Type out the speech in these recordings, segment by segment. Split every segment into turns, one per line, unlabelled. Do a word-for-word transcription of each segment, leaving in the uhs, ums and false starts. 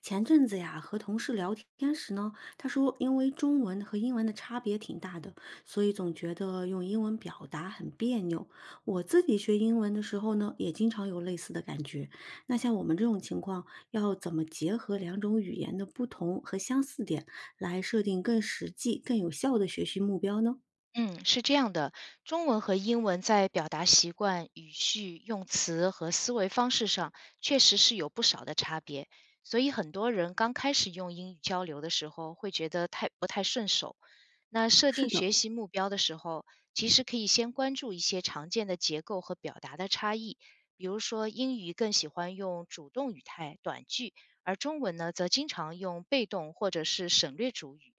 前阵子呀，和同事聊天时呢，他说因为中文和英文的差别挺大的，所以总觉得用英文表达很别扭。我自己学英文的时候呢，也经常有类似的感觉。那像我们这种情况，要怎么结合两种语言的不同和相似点，来设定更实际、更有效的学习目标呢？
嗯，是这样的，中文和英文在表达习惯、语序、用词和思维方式上，确实是有不少的差别。所以很多人刚开始用英语交流的时候，会觉得太不太顺手。那设
是
定
的。
学习目标的时候，其实可以先关注一些常见的结构和表达的差异，比如说英语更喜欢用主动语态、短句，而中文呢，则经常用被动或者是省略主语。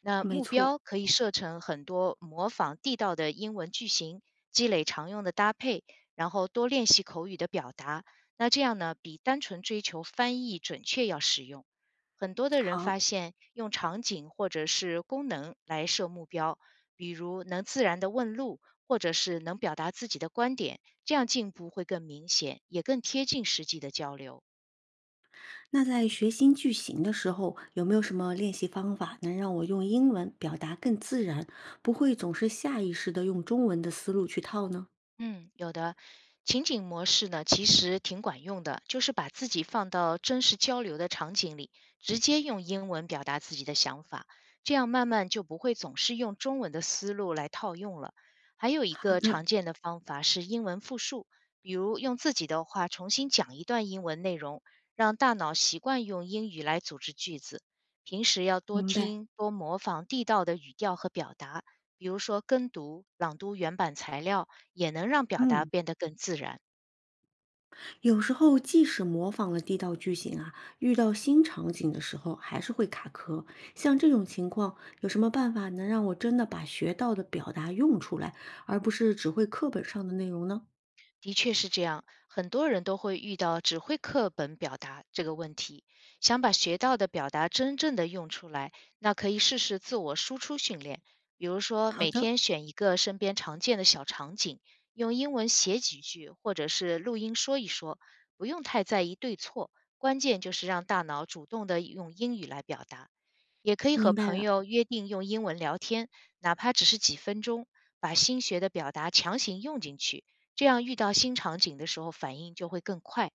那
没
目
错。
标可以设成很多模仿地道的英文句型，积累常用的搭配，然后多练习口语的表达。那这样呢，比单纯追求翻译准确要实用。很多的人
好。
发现，用场景或者是功能来设目标，比如能自然的问路，或者是能表达自己的观点，这样进步会更明显，也更贴近实际的交流。
那在学新句型的时候，有没有什么练习方法能让我用英文表达更自然，不会总是下意识的用中文的思路去套呢？
嗯，有的情景模式呢，其实挺管用的，就是把自己放到真实交流的场景里，直接用英文表达自己的想法，这样慢慢就不会总是用中文的思路来套用了。还有一
好
个
的。
常见的方法是英文复述，比如用自己的话重新讲一段英文内容，让大脑习惯用英语来组织句子。平时要多
明白。
听、多模仿地道的语调和表达，比如说跟读、朗读原版材料。也能让表达
嗯，
变得更自然。
有时候即使模仿了地道句型啊，遇到新场景的时候还是会卡壳。像这种情况，有什么办法能让我真的把学到的表达用出来，而不是只会课本上的内容呢？
的确是这样，很多人都会遇到只会课本表达这个问题。想把学到的表达真正的用出来，那可以试试自我输出训练，比如说
好
每
的。
天选一个身边常见的小场景，用英文写几句，或者是录音说一说，不用太在意对错，关键就是让大脑主动的用英语来表达。也可以
明
和
白
朋
了。
友约定用英文聊天，哪怕只是几分钟，把新学的表达强行用进去。这样遇到新场景的时候反应就会更快。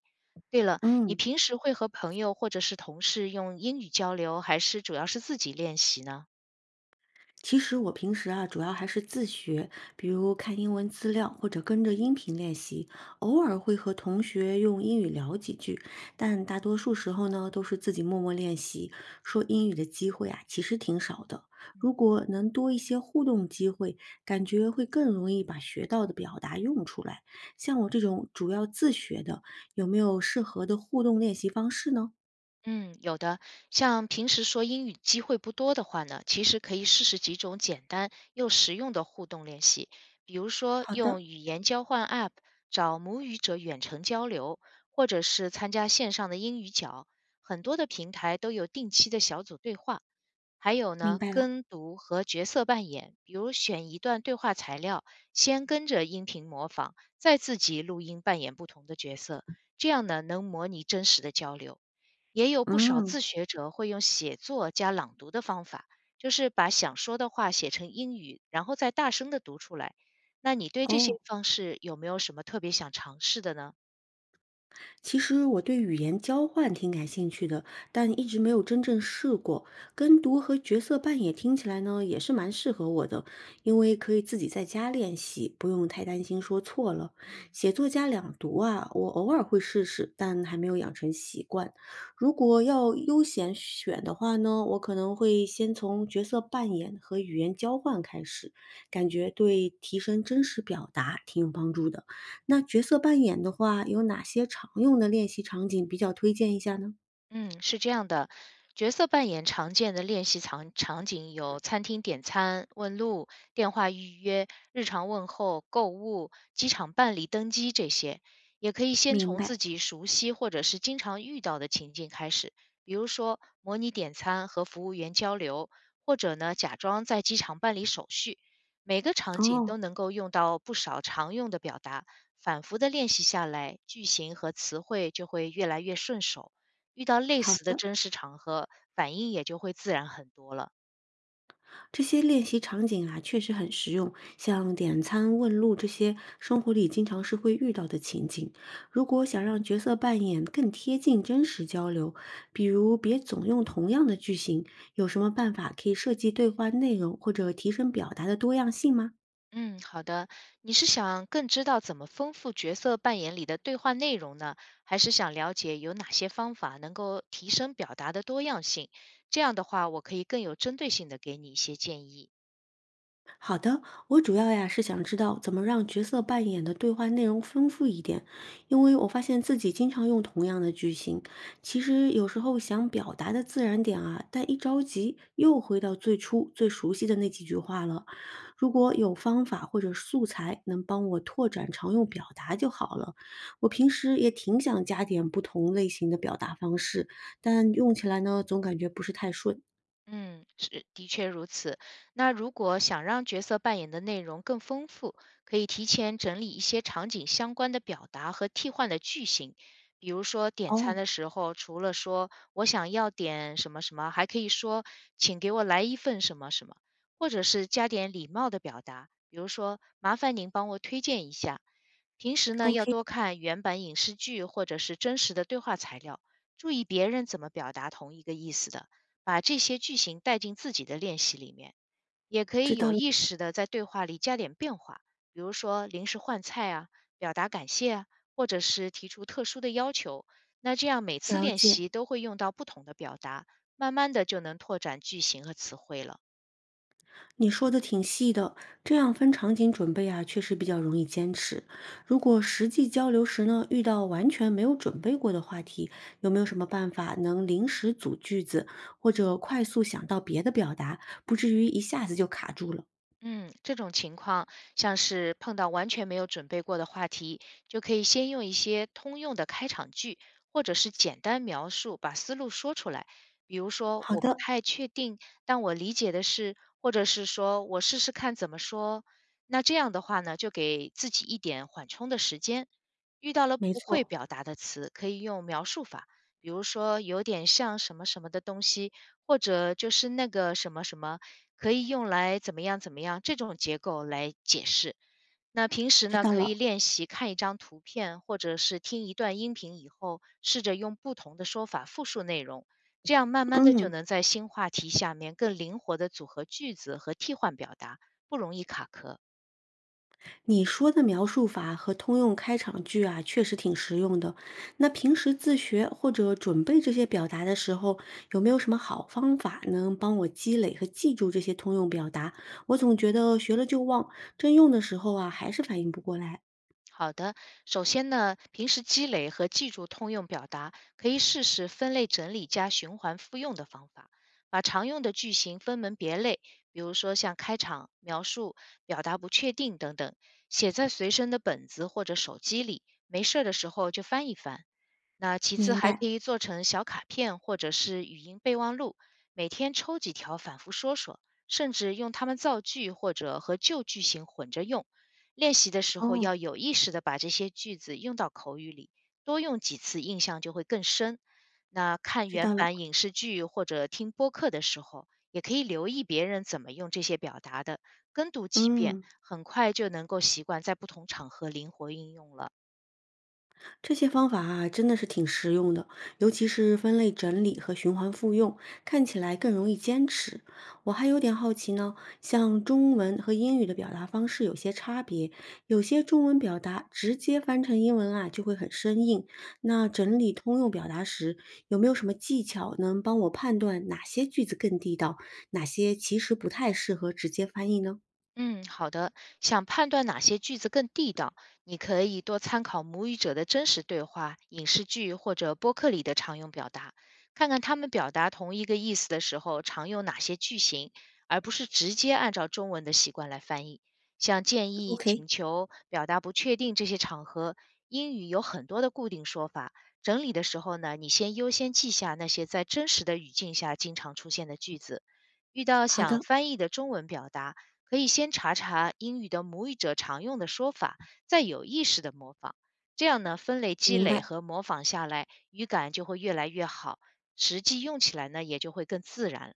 对了，你
嗯。
平时会和朋友或者是同事用英语交流，还是主要是自己练习呢？
其实我平时啊，主要还是自学，比如看英文资料或者跟着音频练习，偶尔会和同学用英语聊几句，但大多数时候呢，都是自己默默练习。说英语的机会啊，其实挺少的。如果能多一些互动机会，感觉会更容易把学到的表达用出来。像我这种主要自学的，有没有适合的互动练习方式呢？
嗯，有的。像平时说英语机会不多的话呢，其实可以试试几种简单又实用的互动练习，比如说
好的。
用语言交换 A P P 找母语者远程交流，或者是参加线上的英语角。很多的平台都有定期的小组对话，还有
明
呢，
白了。
跟读和角色扮演，比如选一段对话材料，先跟着音频模仿，再自己录音扮演不同的角色，这样呢能模拟真实的交流。也有不少
嗯。
自学者会用写作加朗读的方法，就是把想说的话写成英语，然后再大声的读出来。那你对这些
哦。
方式有没有什么特别想尝试的呢？
其实我对语言交换挺感兴趣的，但一直没有真正试过。跟读和角色扮演听起来呢，也是蛮适合我的，因为可以自己在家练习，不用太担心说错了。
嗯。
写作加两读啊，我偶尔会试试，但还没有养成习惯。如果要优先选的话呢，我可能会先从角色扮演和语言交换开始，感觉对提升真实表达挺有帮助的。那角色扮演的话，有哪些常用的练习场景比较推荐一下呢？
嗯，是这样的，角色扮演常见的练习场场景有餐厅点餐、问路、电话预约、日常问候、购物、机场办理登机这些。也可以先
明
从自
白。
己熟悉或者是经常遇到的情境开始，比如说模拟点餐和服务员交流，或者呢假装在机场办理手续。每个场景
哦。
都能够用到不少常用的表达，反复的练习下来，句型和词汇就会越来越顺手。遇到类
好
似的
的。
真实场合，反应也就会自然很多了。
这些练习场景啊，确实很实用，像点餐、问路这些，生活里经常是会遇到的情景。如果想让角色扮演更贴近真实交流，比如别总用同样的句型，有什么办法可以设计对话内容或者提升表达的多样性吗？
嗯，好的。你是想更知道怎么丰富角色扮演里的对话内容呢，还是想了解有哪些方法能够提升表达的多样性？这样的话，我可以更有针对性的给你一些建议。
好的。我主要呀是想知道怎么让角色扮演的对话内容丰富一点，因为我发现自己经常用同样的句型。其实有时候想表达的自然点啊，但一着急又回到最初最熟悉的那几句话了。如果有方法或者素材能帮我拓展常用表达就好了。我平时也挺想加点不同类型的表达方式，但用起来呢总感觉不是太顺。
嗯，是，的确如此。那如果想让角色扮演的内容更丰富，可以提前整理一些场景相关的表达和替换的句型。比如说点餐
哦。
的时候，除了说“我想要点什么什么”，还可以说“请给我来一份什么什么”，或者是加点礼貌的表达，比如说“麻烦您帮我推荐一下”。平时呢，要
OK。
多看原版影视剧或者是真实的对话材料，注意别人怎么表达同一个意思的。把这些句型带进自己的练习里面，也可
知
以
道
有
了。
意识的在对话里加点变化，比如说临时换菜啊，表达感谢啊，或者是提出特殊的要求。那这样每次
了
练
解。
习都会用到不同的表达，慢慢的就能拓展句型和词汇了。
你说的挺细的，这样分场景准备啊，确实比较容易坚持。如果实际交流时呢，遇到完全没有准备过的话题，有没有什么办法能临时组句子，或者快速想到别的表达，不至于一下子就卡住了？
嗯，这种情况像是碰到完全没有准备过的话题，就可以先用一些通用的开场句，或者是简单描述，把思路说出来。比如说，
好
我不
的。
太确定，但我理解的是，或者是说我试试看怎么说。那这样的话呢，就给自己一点缓冲的时间。遇到了
没
不会
错。
表达的词，可以用描述法，比如说有点像什么什么的东西，或者就是那个什么什么。可以用来怎么样怎么样，这种结构来解释。那平时
知
呢，
道
可
了。
以练习看一张图片，或者是听一段音频以后，试着用不同的说法复述内容，这样慢慢的就
嗯。
能在新话题下面更灵活的组合句子和替换表达，不容易卡壳。
你说的描述法和通用开场句啊，确实挺实用的。那平时自学或者准备这些表达的时候，有没有什么好方法能帮我积累和记住这些通用表达？我总觉得学了就忘，真用的时候啊，还是反应不过来。
好的，首先呢，平时积累和记住通用表达，可以试试分类整理加循环复用的方法，把常用的句型分门别类，比如说像开场、描述、表达不确定等等，写在随身的本子或者手机里，没事儿的时候就翻一翻。那其次
明
还
白。
可以做成小卡片或者是语音备忘录，每天抽几条反复说说，甚至用它们造句或者和旧句型混着用。练习的时候
哦。
要有意识的把这些句子用到口语里，多用几次印象就会更深。那看
知
原
道了。
版影视剧或者听播客的时候，也可以留意别人怎么用这些表达的，跟读几遍，
嗯。
很快就能够习惯在不同场合灵活应用了。
这些方法啊，真的是挺实用的，尤其是分类整理和循环复用，看起来更容易坚持。我还有点好奇呢，像中文和英语的表达方式有些差别，有些中文表达直接翻成英文啊就会很生硬。那整理通用表达时，有没有什么技巧能帮我判断哪些句子更地道，哪些其实不太适合直接翻译呢？
嗯，好的。想判断哪些句子更地道，你可以多参考母语者的真实对话、影视剧或者播客里的常用表达，看看他们表达同一个意思的时候常用哪些句型，而不是直接按照中文的习惯来翻译。像建议、
OK。
请求、表达不确定这些场合，英语有很多的固定说法。整理的时候呢，你先优先记下那些在真实的语境下经常出现的句子。遇到
好
想
的。
翻译的中文表达，可以先查查英语的母语者常用的说法，再有意识的模仿。这样呢，分类积
明
累
白。
和模仿下来，语感就会越来越好，实际用起来呢也就会更自然。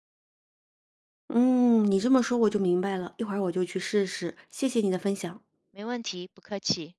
嗯，你这么说我就明白了，一会儿我就去试试。谢谢你的分享。
没问题，不客气。